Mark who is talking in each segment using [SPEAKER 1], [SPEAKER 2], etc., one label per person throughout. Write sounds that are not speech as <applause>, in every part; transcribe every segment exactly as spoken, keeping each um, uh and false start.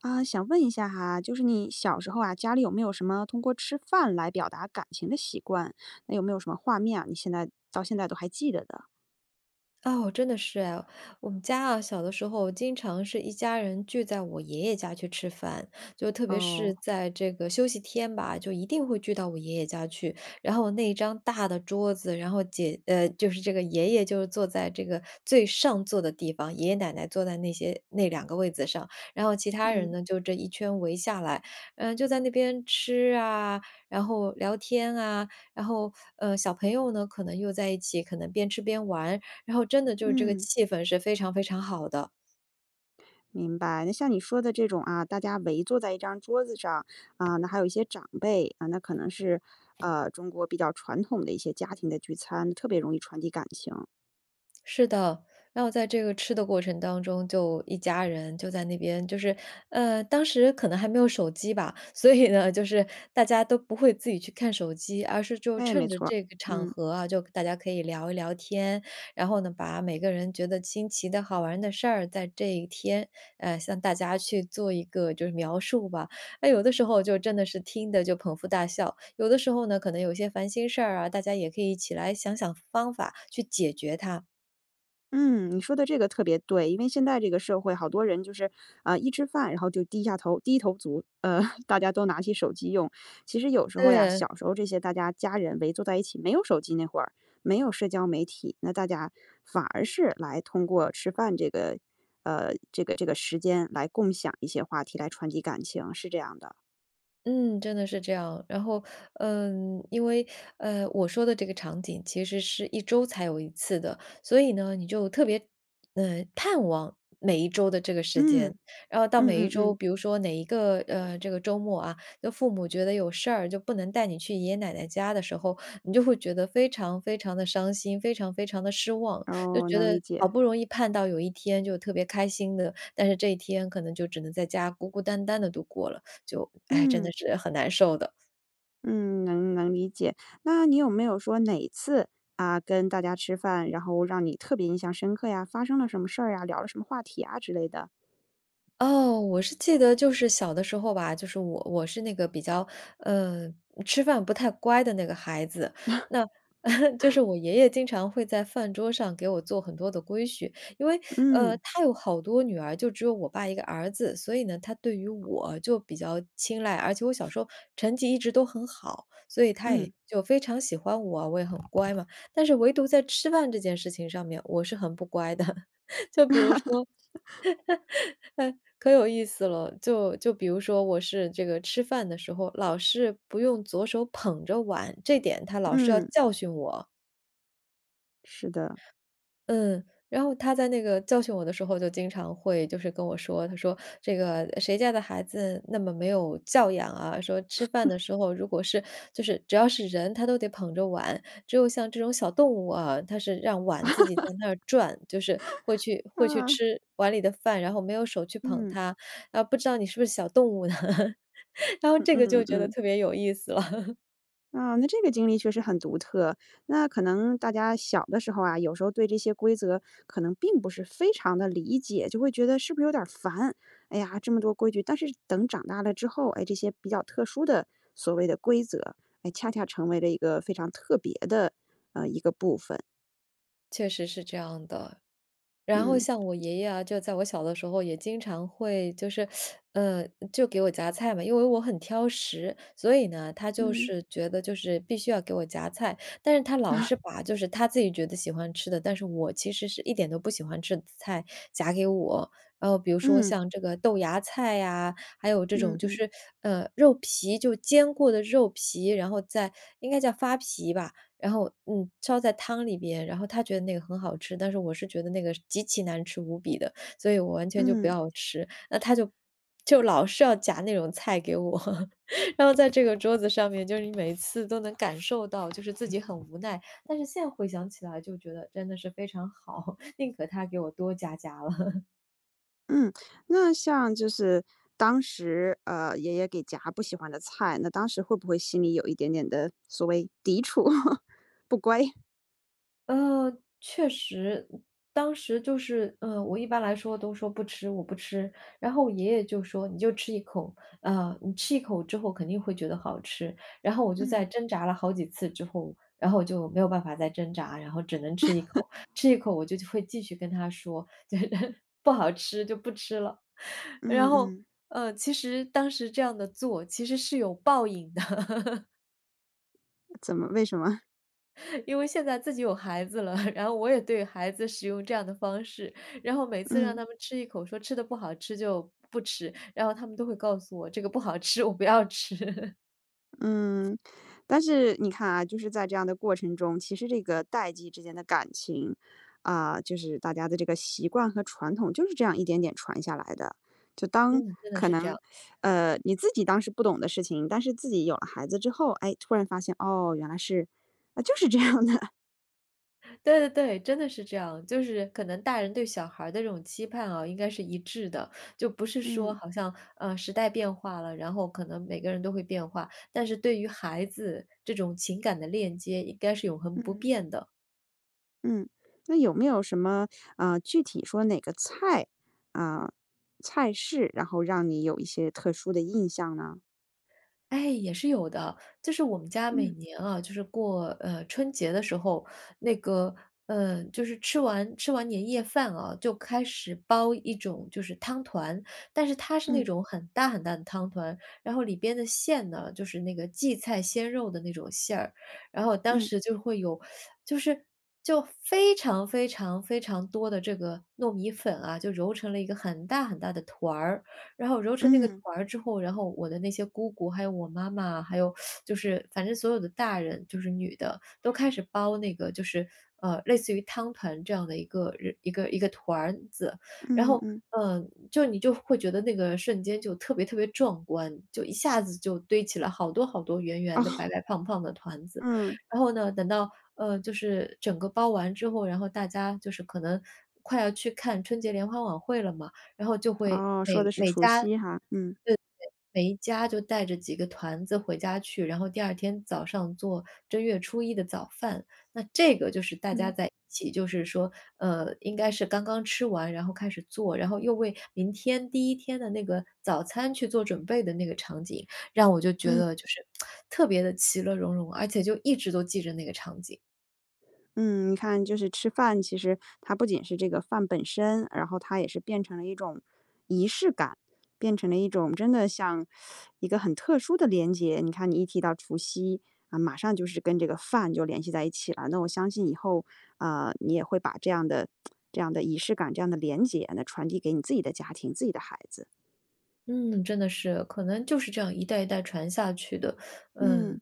[SPEAKER 1] 啊，想问一下哈，就是你小时候啊，家里有没有什么通过吃饭来表达感情的习惯？那有没有什么画面啊，你现在到现在都还记得的？
[SPEAKER 2] 哦，真的是哎。我们家啊，小的时候经常是一家人聚在我爷爷家去吃饭，就特别
[SPEAKER 1] 哦，
[SPEAKER 2] 是在这个休息天吧，就一定会聚到我爷爷家去。然后那一张大的桌子，然后姐呃，就是这个爷爷就是坐在这个最上座的地方，爷爷奶奶坐在那些那两个位子上，然后其他
[SPEAKER 1] 嗯
[SPEAKER 2] 人呢就这一圈围下来，嗯、就在那边吃啊，然后聊天啊，然后呃，小朋友呢可能又在一起，可能边吃边玩。然后真的就是这个
[SPEAKER 1] 嗯，
[SPEAKER 2] 气氛是非常非常好的。
[SPEAKER 1] 明白。那像你说的这种啊，大家围坐在一张桌子上啊，那还有一些长辈啊，那可能是呃中国比较传统的一些家庭的聚餐，特别容易传递感情。
[SPEAKER 2] 是的，然后在这个吃的过程当中，就一家人就在那边，就是，呃，当时可能还没有手机吧，<laughs> 所以呢，就是大家都不会自己去看手机，而是就
[SPEAKER 1] 哎，没
[SPEAKER 2] 趁着
[SPEAKER 1] 错儿，
[SPEAKER 2] 这个场
[SPEAKER 1] 嗯。
[SPEAKER 2] 合啊，就大家可以聊一聊天，然后呢，把每个人觉得新奇的好玩的事儿，在这一天，呃，向大家去做一个就是描述吧。那有的时候就真的是听的就捧腹大笑，有的时候呢，可能有些烦心事儿啊，大家也可以一起来想想方法去解决它。
[SPEAKER 1] 嗯，你说的这个特别对，因为现在这个社会，好多人就是，啊、一吃饭，然后就低下头，低头族，呃，<laughs> 大家都拿起手机用。其实有时候呀，
[SPEAKER 2] 对，
[SPEAKER 1] 小时候这些大家家人围坐在一起，没有手机那会儿，没有社交媒体，那大家反而是来通过吃饭这个，呃，这个这个时间来共享一些话题，来传递感情，是这样的。
[SPEAKER 2] 嗯，真的是这样。然后，嗯，因为，呃，我说的这个场景其实是一周才有一次的，所以呢，你就特别，嗯，呃盼望每一周的这个时
[SPEAKER 1] 嗯
[SPEAKER 2] 间。然后到
[SPEAKER 1] 嗯
[SPEAKER 2] 每
[SPEAKER 1] 嗯
[SPEAKER 2] 一周，
[SPEAKER 1] 嗯，
[SPEAKER 2] 比如说哪一个，呃，这个周末啊，就父母觉得有事儿，就不能带你去爷爷奶奶家的时候，你就会觉得非常非常的伤心，非常非常的失望。就
[SPEAKER 1] 哦，
[SPEAKER 2] 觉
[SPEAKER 1] 能理
[SPEAKER 2] 得
[SPEAKER 1] 解。
[SPEAKER 2] 好不容易盼到有一天就特别开心的，但是这一天可能就只能在家孤孤单单的度过了。就哎，真的
[SPEAKER 1] 嗯。
[SPEAKER 2] 是很难受的。
[SPEAKER 1] 嗯，能能理解。那你有没有说哪次啊，跟大家吃饭，然后让你特别印象深刻呀？发生了什么事儿呀？聊了什么话题啊之类的？
[SPEAKER 2] 哦，我是记得就是小的时候吧，就是我我是那个比较，呃，吃饭不太乖的那个孩子。那 <laughs> 就是我爷爷经常会在饭桌上给我做很多的规矩，因为，呃，
[SPEAKER 1] 嗯
[SPEAKER 2] 他有好多女儿，就只有我爸一个儿子，所以呢，他对于我就比较青睐，而且我小时候成绩一直都很好，所以他也
[SPEAKER 1] 嗯
[SPEAKER 2] 就非常喜欢我啊我也很乖嘛。但是唯独在吃饭这件事情上面，我是很不乖的。<laughs> 就比如说哎，可有意思了。就就比如说，我是这个吃饭的时候，老是不用左手捧着碗，这点他老是要
[SPEAKER 1] 嗯，
[SPEAKER 2] 教训我。
[SPEAKER 1] 是的，
[SPEAKER 2] 嗯，然后他在那个教训我的时候，就经常会就是跟我说，他说：“这个谁家的孩子那么没有教养啊？说吃饭的时候，如果是就是只要是人，他都得捧着碗，只有像这种小动物啊，它是让碗自己在那儿转，就是会去会去
[SPEAKER 1] 啊，
[SPEAKER 2] 吃碗里的饭，然后没有手去捧
[SPEAKER 1] 嗯
[SPEAKER 2] 它，啊，不知道你是不是小动物呢？” <laughs> 然后
[SPEAKER 1] 嗯
[SPEAKER 2] 这个
[SPEAKER 1] 嗯嗯
[SPEAKER 2] 就觉得
[SPEAKER 1] 嗯。
[SPEAKER 2] 特别有意思了，<laughs>
[SPEAKER 1] 啊，那这个经历确实很独特。那可能大家小的时候啊，有时候对这些规则可能并不是非常的理解，就会觉得是不是有点儿烦？哎呀，这么多规矩。但是等长大了之后，哎，这些比较特殊的所谓的规则，哎，恰恰成为了一个非常特别的呃一个部分。
[SPEAKER 2] 确实是这样的。然后
[SPEAKER 1] 嗯
[SPEAKER 2] 像我爷爷啊，就在我小的时候也经常会就是，呃，就给我夹菜嘛，因为我很挑食，所以呢，他就
[SPEAKER 1] 嗯
[SPEAKER 2] 是觉得就是必须要给我夹菜，但是他
[SPEAKER 1] <laughs>
[SPEAKER 2] 老
[SPEAKER 1] 啊
[SPEAKER 2] 是把就是他自己觉得喜欢吃的，但是我其实是一点都不喜欢吃的菜夹给我。然后比如说
[SPEAKER 1] 嗯
[SPEAKER 2] 像这个豆芽菜呀，还有这
[SPEAKER 1] 嗯
[SPEAKER 2] 种就
[SPEAKER 1] 嗯
[SPEAKER 2] 是，呃，肉皮，就煎过的肉皮，然后再应该叫发皮吧，然后嗯，烧在汤里边，然后他觉得那个很好吃，但是我是觉得那个极其难吃无比的，所以我完全就不
[SPEAKER 1] 嗯，
[SPEAKER 2] 要吃。那他就就老是要夹那种菜给我，<laughs> 然后在这个桌子上面，就是你每一次都能感受到，就是自己很无奈。但是现在回想起来，就觉得真的是非常好，<laughs> 宁可他给我多夹夹了。
[SPEAKER 1] 嗯，那像就是当时，呃，爷爷给夹不喜欢的菜，那当时会不会心里有一点点的所谓抵触，<laughs> 不乖？
[SPEAKER 2] 呃，确实，当时就是，呃，我一般来说都说不吃，我不吃。然后我爷爷就说：“你就吃一口，呃，你吃一口之后肯定会觉得好吃。”然后我就在
[SPEAKER 1] 嗯，
[SPEAKER 2] 挣扎了好几次之后，然后我就没有办法再挣扎，然后只能吃一口，吃一口我就会继续跟他说，就是 <laughs> 不好吃就不吃了。<laughs> 然
[SPEAKER 1] 嗯
[SPEAKER 2] 后，
[SPEAKER 1] 嗯，
[SPEAKER 2] 呃，其实当时这样的做其实是有报应的。
[SPEAKER 1] 怎么为什么？
[SPEAKER 2] 因为现在自己有孩子了，然后我也对孩子使用这样的方式，然后每次让
[SPEAKER 1] 嗯。
[SPEAKER 2] 他们吃一口，说吃的不好吃就不吃，然后他们都会告诉我这个不好吃，我不要吃。<laughs>
[SPEAKER 1] 嗯，但是你看啊，就是在这样的过程中，其实这个代际之间的感情，啊、就是大家的这个习惯和传统，就是这样一点点传下来的。就当
[SPEAKER 2] 嗯，真的
[SPEAKER 1] 可
[SPEAKER 2] 是这样，
[SPEAKER 1] 能，呃，你自己当时不懂的事情，但是自己有了孩子之后，哎，突然发现，哦，原来是，啊、就是这样的。<laughs>
[SPEAKER 2] 对对对，真的是这样，就是可能大人对小孩儿的这种期盼啊，应该是一致的，就不是
[SPEAKER 1] 嗯
[SPEAKER 2] 说好像呃时代变化了，然后可能每个人都会变化，但是对于孩子这种情感的链接应该是永恒不
[SPEAKER 1] 嗯
[SPEAKER 2] 变的。
[SPEAKER 1] 嗯，那有没有什么，呃，具体说哪个菜啊、菜式，然后让你有一些特殊的印象呢？
[SPEAKER 2] 哎，也是有的。就是我们家每
[SPEAKER 1] 嗯
[SPEAKER 2] 年啊，就是过呃春节的时候，那个呃，就是吃完吃完年夜饭啊，就开始包一种就是汤团，但是它是
[SPEAKER 1] 嗯
[SPEAKER 2] 那种很大很大的汤团，然后里边的馅呢，就是那个荠菜鲜肉的那种馅儿，然后当
[SPEAKER 1] 嗯。
[SPEAKER 2] 时就会有，就是就非常非常非常多的这个糯米粉啊，就揉成了一个很大很大的团儿，然后揉成那个
[SPEAKER 1] 嗯，
[SPEAKER 2] 团儿之后，然后我的那些姑姑，还有我妈妈，还有就是反正所有的大人，就是女的，都开始包那个就是呃类似于汤团这样的一个人一个一个团儿子，然
[SPEAKER 1] 嗯嗯
[SPEAKER 2] 后。
[SPEAKER 1] 嗯，
[SPEAKER 2] 嗯，就你就会觉得那个瞬间就特别特别壮观，就一下子就堆起了好多好多圆圆的、白
[SPEAKER 1] 哦，
[SPEAKER 2] 白胖胖的团子。
[SPEAKER 1] 嗯，
[SPEAKER 2] 然后呢，等到呃，就是整个包完之后，然后大家就是可能快要去看春节联欢晚会了嘛，然后就会
[SPEAKER 1] 哦，说的
[SPEAKER 2] 每
[SPEAKER 1] 是
[SPEAKER 2] 每
[SPEAKER 1] 除
[SPEAKER 2] 家
[SPEAKER 1] 夕哈，嗯，
[SPEAKER 2] 每一家就带着几个团子回家去，然后第二天早上做正月初一的早饭。那这个就是大家
[SPEAKER 1] 嗯，
[SPEAKER 2] 在一起，就是说，呃，应该是刚刚吃完，然后开始做，然后又为明天第一天的那个早餐去做准备的那个场景，让我就觉
[SPEAKER 1] 嗯，
[SPEAKER 2] 得就是特别的其乐融融，而且就一直都记着那个场景。
[SPEAKER 1] 嗯，你看就是吃饭，其实它不仅是这个饭本身，然后它也是变成了一种仪式感，变成了一种真的像一个很特殊的连接。你看你一提到除夕啊，马上就是跟这个饭就联系在一起了，那我相信以后，啊，呃你也会把这样的这样的仪式感、这样的连接呢，那传递给你自己的家庭、自己的孩子。
[SPEAKER 2] 嗯，真的是，可能就是这样一代一代传下去的，
[SPEAKER 1] 嗯。
[SPEAKER 2] 嗯。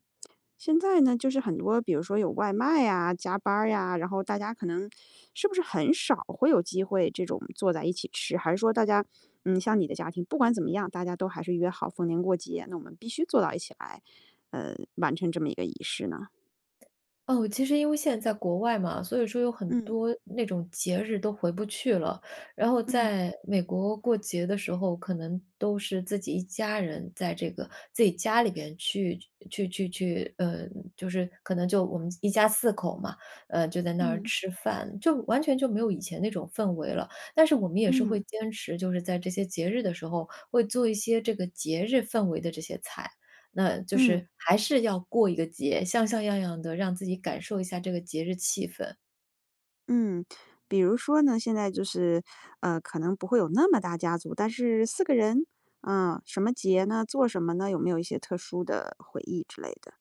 [SPEAKER 1] 现在呢，就是很多，比如说有外卖呀、加班儿呀，然后大家可能是不是很少会有机会这种坐在一起吃？还是说大家，嗯，像你的家庭，不管怎么样，大家都还是约好逢年过节，那我们必须坐到一起来，呃，完成这么一个仪式呢？
[SPEAKER 2] 哦，其实因为现在在国外嘛，所以说有很
[SPEAKER 1] 嗯
[SPEAKER 2] 多那种节日都回不去了。然后
[SPEAKER 1] 嗯
[SPEAKER 2] 在美国过节的时候，可能都是自己一家人在这个自己家里边去去去去，呃，就是可能就我们一家四口嘛，呃，就在那儿
[SPEAKER 1] 嗯
[SPEAKER 2] 吃饭，就完全就没有以前那种氛围了。但是我们也是会
[SPEAKER 1] 嗯
[SPEAKER 2] 坚持，就是在这些节日的时候，会做一些这个节日氛围的这些菜。那就
[SPEAKER 1] 嗯
[SPEAKER 2] 是还是要过一个节，像像样样的，让自己感受一下这个节日气氛。
[SPEAKER 1] 嗯，比如说呢，现在就是，呃，可能不会有那么大家族，但是四个人，啊，什么节呢？做什么呢？有没有一些特殊的回忆之类的？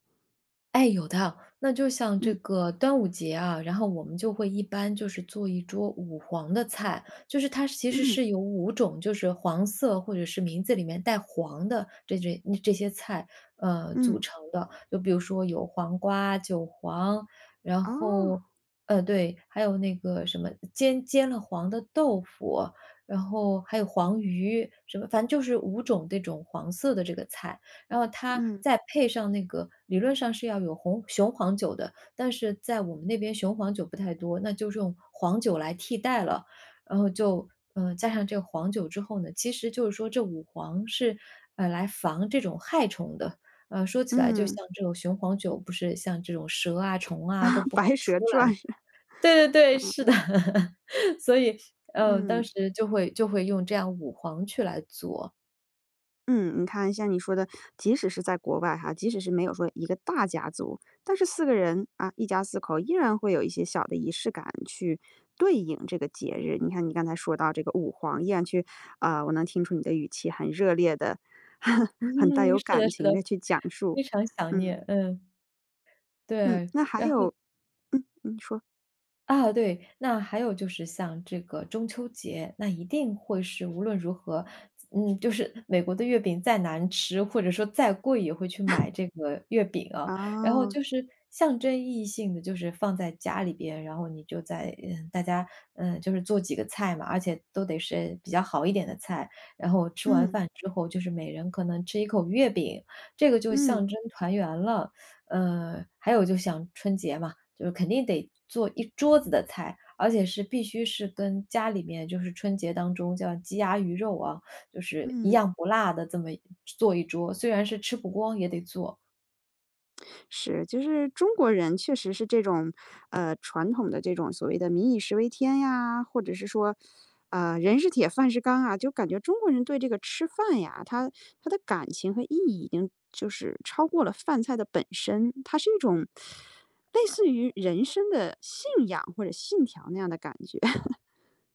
[SPEAKER 2] 哎，有的，那就像这
[SPEAKER 1] 嗯
[SPEAKER 2] 个端午节啊，然后我们就会一般就是做一桌五黄的菜，就是它其实
[SPEAKER 1] 嗯。
[SPEAKER 2] 是有五种，就是黄色或者是名字里面带“黄”的这这这些菜，呃，组
[SPEAKER 1] 嗯，
[SPEAKER 2] 成的。就比如说有黄瓜、韭黄，然
[SPEAKER 1] 哦，
[SPEAKER 2] 后呃，对，还有那个什么煎煎了黄的豆腐，然后还有黄鱼，什么反正就是五种这种黄色的这个菜。然后它
[SPEAKER 1] 嗯，
[SPEAKER 2] 再配上那个理论上是要有红雄黄酒的，但是在我们那边雄黄酒不太多，那就是用黄酒来替代了。然后就，呃，加上这个黄酒之后呢，其实就是说这五黄是，呃，来防这种害虫的。呃，说起来就
[SPEAKER 1] 嗯，
[SPEAKER 2] 像这种雄黄酒，不是像这种蛇啊、虫啊都
[SPEAKER 1] 啊，
[SPEAKER 2] 不敢
[SPEAKER 1] 《白
[SPEAKER 2] 出
[SPEAKER 1] 蛇
[SPEAKER 2] 来
[SPEAKER 1] 传》，
[SPEAKER 2] 吗？对对对，是的。<laughs> 所以，呃，当
[SPEAKER 1] 嗯，
[SPEAKER 2] 时就会就会用这样五黄去来做。
[SPEAKER 1] 嗯，你看像你说的，即使是在国外哈，即使是没有说一个大家族，但是四个人啊，一家四口依然会有一些小的仪式感去对应这个节日。你看你刚才说到这个舞皇，依然去啊，我能听出你的语气很热烈的，<laughs> 很带
[SPEAKER 2] 嗯，
[SPEAKER 1] 有
[SPEAKER 2] 是
[SPEAKER 1] 感
[SPEAKER 2] 的是
[SPEAKER 1] 情
[SPEAKER 2] 的。
[SPEAKER 1] 的去讲
[SPEAKER 2] 非
[SPEAKER 1] 述。
[SPEAKER 2] 常想
[SPEAKER 1] 嗯，
[SPEAKER 2] 念，嗯，
[SPEAKER 1] 嗯，
[SPEAKER 2] 对。
[SPEAKER 1] 那还
[SPEAKER 2] 然后
[SPEAKER 1] 有嗯，你说，
[SPEAKER 2] 啊，对，那还有就是像这个中秋节，那一定会是无论如何，嗯，就是美国的月饼再难吃，或者说再贵，也会去买这个月饼啊。然后
[SPEAKER 1] 哦，
[SPEAKER 2] 就是象征意义性的，就是放在家里边，然后你就在嗯，大家嗯，就是做几个菜嘛，而且都得是比较好一点的菜。然后吃完
[SPEAKER 1] 嗯，
[SPEAKER 2] 饭之后，就是每人可能吃一口月饼，这个就
[SPEAKER 1] 嗯，
[SPEAKER 2] 象征团圆了。呃，还有就像春节嘛。就是肯定得做一桌子的菜，而且是必须是跟家里面就是春节当中叫鸡鸭鱼肉啊，就是一
[SPEAKER 1] 嗯。
[SPEAKER 2] 样不落的这么做一桌，虽然是吃不光也得做。
[SPEAKER 1] 是，就是中国人确实是这种，呃，传统的这种所谓的“民以食为天”呀，或者是说，呃，“人是铁，饭是钢”啊，就感觉中国人对这个吃饭呀，他他的感情和意义已经就是超过了饭菜的本身，它是一种类似于人生的信仰或者信条那样的感觉。<laughs>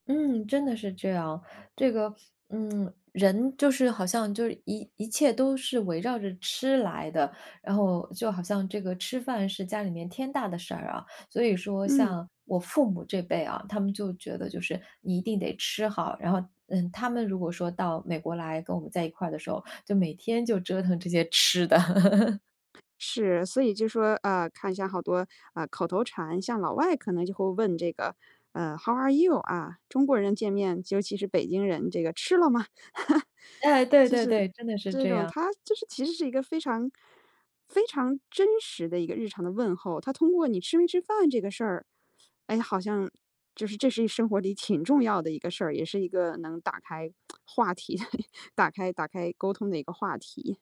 [SPEAKER 2] 嗯，真的是这样。这个，嗯，人就是好像就是一一切都是围绕着吃来的，然后就好像这个吃饭是家里面天大的事儿啊。所以说，
[SPEAKER 1] 嗯。
[SPEAKER 2] 像我父母这辈啊，他们就觉得就是你一定得吃好。然后，嗯，他们如果说到美国来跟我们在一块儿的时候，就每天就折腾这些吃的。<laughs>
[SPEAKER 1] 是，所以就说，呃，看一下好多，呃，口头禅，像老外可能就会问这个，呃，“How are you？” 啊，中国人见面，尤其是北京人，这个“吃了吗？”
[SPEAKER 2] 哎，对
[SPEAKER 1] 就
[SPEAKER 2] 对
[SPEAKER 1] 是
[SPEAKER 2] 对，真的是
[SPEAKER 1] 这
[SPEAKER 2] 这
[SPEAKER 1] 种，
[SPEAKER 2] 样。
[SPEAKER 1] 他就是其实是一个非常非常真实的一个日常的问候。他通过你吃没吃饭这个事儿，哎，好像就是这是生活里挺重要的一个事儿，也是一个能打开话题的 <laughs> 打开打开沟通的一个话题。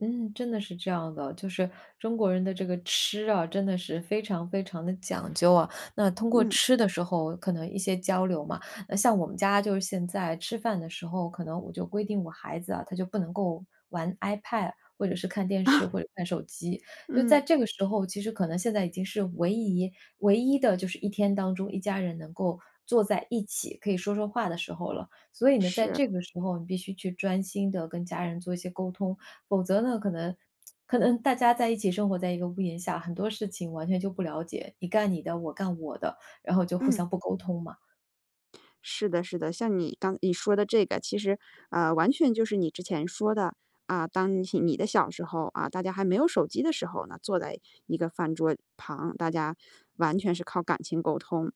[SPEAKER 2] 嗯，真的是这样的，就是中国人的这个吃啊，真的是非常非常的讲究啊。那通过
[SPEAKER 1] 嗯，
[SPEAKER 2] 吃的时候，可能一些交流嘛。那像我们家就是现在吃饭的时候，可能我就规定我孩子啊，他就不能够玩 iPad 或者是看电视或者看手机。就在
[SPEAKER 1] 嗯，
[SPEAKER 2] 这个时候，其实可能现在已经是唯一唯一的，就是一天当中一家人能够坐在一起可以说说话的时候了。所以呢，在
[SPEAKER 1] 是，
[SPEAKER 2] 这个时候，你必须去专心的跟家人做一些沟通。否则呢，可能可能大家在一起生活在一个屋檐下，很多事情完全就不了解，你干你的，我干我的，然后就互
[SPEAKER 1] 嗯。
[SPEAKER 2] 相不沟通嘛。
[SPEAKER 1] 是的，是的，像你刚你说的这个，其实呃，完全就是你之前说的啊、当你你的小时候啊，大家还没有手机的时候呢，坐在一个饭桌旁，大家完全是靠感情沟通。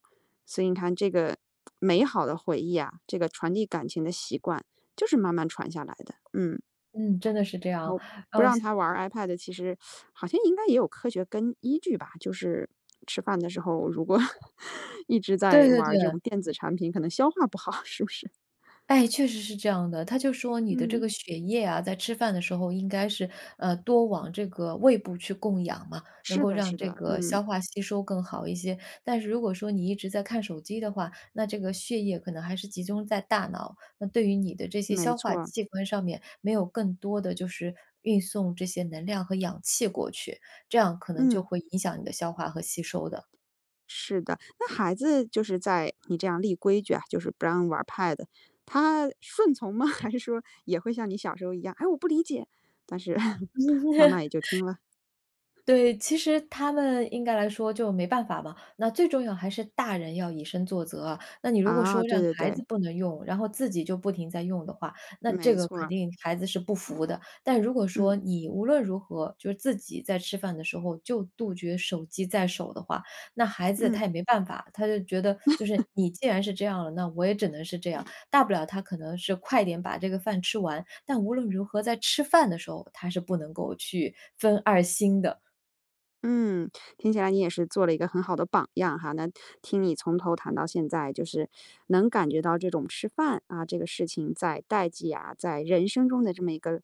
[SPEAKER 1] 所以你看，这个美好的回忆啊，这个传递感情的习惯，就是慢慢传下来的。嗯。
[SPEAKER 2] 嗯，真的是这
[SPEAKER 1] 然
[SPEAKER 2] 样，
[SPEAKER 1] 后不
[SPEAKER 2] 哦，
[SPEAKER 1] 让他玩儿 iPad，其实好像应该也有科学根依据吧。就是吃饭的时候，如果 <laughs> 一直在
[SPEAKER 2] 对对
[SPEAKER 1] 玩
[SPEAKER 2] 对。
[SPEAKER 1] 儿这种电子产品，可能消化不好，是不是？
[SPEAKER 2] 哎，确实是这样的。他就说你的这
[SPEAKER 1] 嗯，
[SPEAKER 2] 个血液啊，在吃饭的时候应该是，呃，多往这个胃部去供氧嘛，能
[SPEAKER 1] 是
[SPEAKER 2] 够
[SPEAKER 1] 的，
[SPEAKER 2] 让
[SPEAKER 1] 是
[SPEAKER 2] 这
[SPEAKER 1] 的，
[SPEAKER 2] 个
[SPEAKER 1] 嗯，
[SPEAKER 2] 消化吸收更好一些。但是如果说你一直在看手机的话，那这个血液可能还是集中在大脑，那对于你的这些
[SPEAKER 1] 没
[SPEAKER 2] 消化
[SPEAKER 1] 错
[SPEAKER 2] 器官上面没有更多的就是运送这些能量和氧气过去，这样可能就
[SPEAKER 1] 嗯，
[SPEAKER 2] 会影响你的消化和吸收的。
[SPEAKER 1] 是的。那孩子就是在你这样立规矩啊，就是不让玩 Pad，他顺从吗？<laughs> 还是说也会像你小时候一样？哎，我不理解，但是 <laughs> 妈妈也
[SPEAKER 2] <laughs>
[SPEAKER 1] 就听了
[SPEAKER 2] 对，其实他们应该来说就没办法嘛。那最重要还是大人要以身作则啊。那你如果
[SPEAKER 1] 啊。
[SPEAKER 2] 说
[SPEAKER 1] 对
[SPEAKER 2] 让
[SPEAKER 1] 对
[SPEAKER 2] 孩
[SPEAKER 1] 对，
[SPEAKER 2] 子不能用，然后自己就不停在用的话，那这
[SPEAKER 1] 没
[SPEAKER 2] 个
[SPEAKER 1] 错
[SPEAKER 2] 肯
[SPEAKER 1] 儿
[SPEAKER 2] 定孩子是不服的。但如果说
[SPEAKER 1] 嗯
[SPEAKER 2] 你无论如何就是自己在吃饭的时候就杜绝手机在手的话，那孩子
[SPEAKER 1] 嗯。
[SPEAKER 2] 他也没办法，他就觉得就是你既然是这样了，那我也只能是这样。大不了他可能是快点把这个饭吃完，但无论如何在吃饭的时候他是不能够去分二心的。
[SPEAKER 1] 嗯。听起来你也是做了一个很好的榜样哈。那听你从头谈到现在，就是能感觉到这种吃饭啊这个事情在代际啊，在人生中的这么一个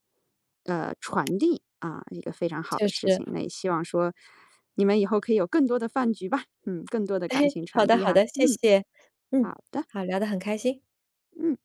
[SPEAKER 1] 呃传递啊，一个非常好
[SPEAKER 2] 就
[SPEAKER 1] 的
[SPEAKER 2] 是，
[SPEAKER 1] 事情。那也
[SPEAKER 2] <laughs>
[SPEAKER 1] 希望说你们以后可以有更多的饭局吧，嗯，更多的
[SPEAKER 2] 哎，
[SPEAKER 1] 感情
[SPEAKER 2] 好
[SPEAKER 1] 传
[SPEAKER 2] 的
[SPEAKER 1] 递
[SPEAKER 2] 好
[SPEAKER 1] 哈。
[SPEAKER 2] 的，谢
[SPEAKER 1] 嗯，
[SPEAKER 2] 谢。嗯，
[SPEAKER 1] 好的，
[SPEAKER 2] 好，聊得很开心。
[SPEAKER 1] 嗯。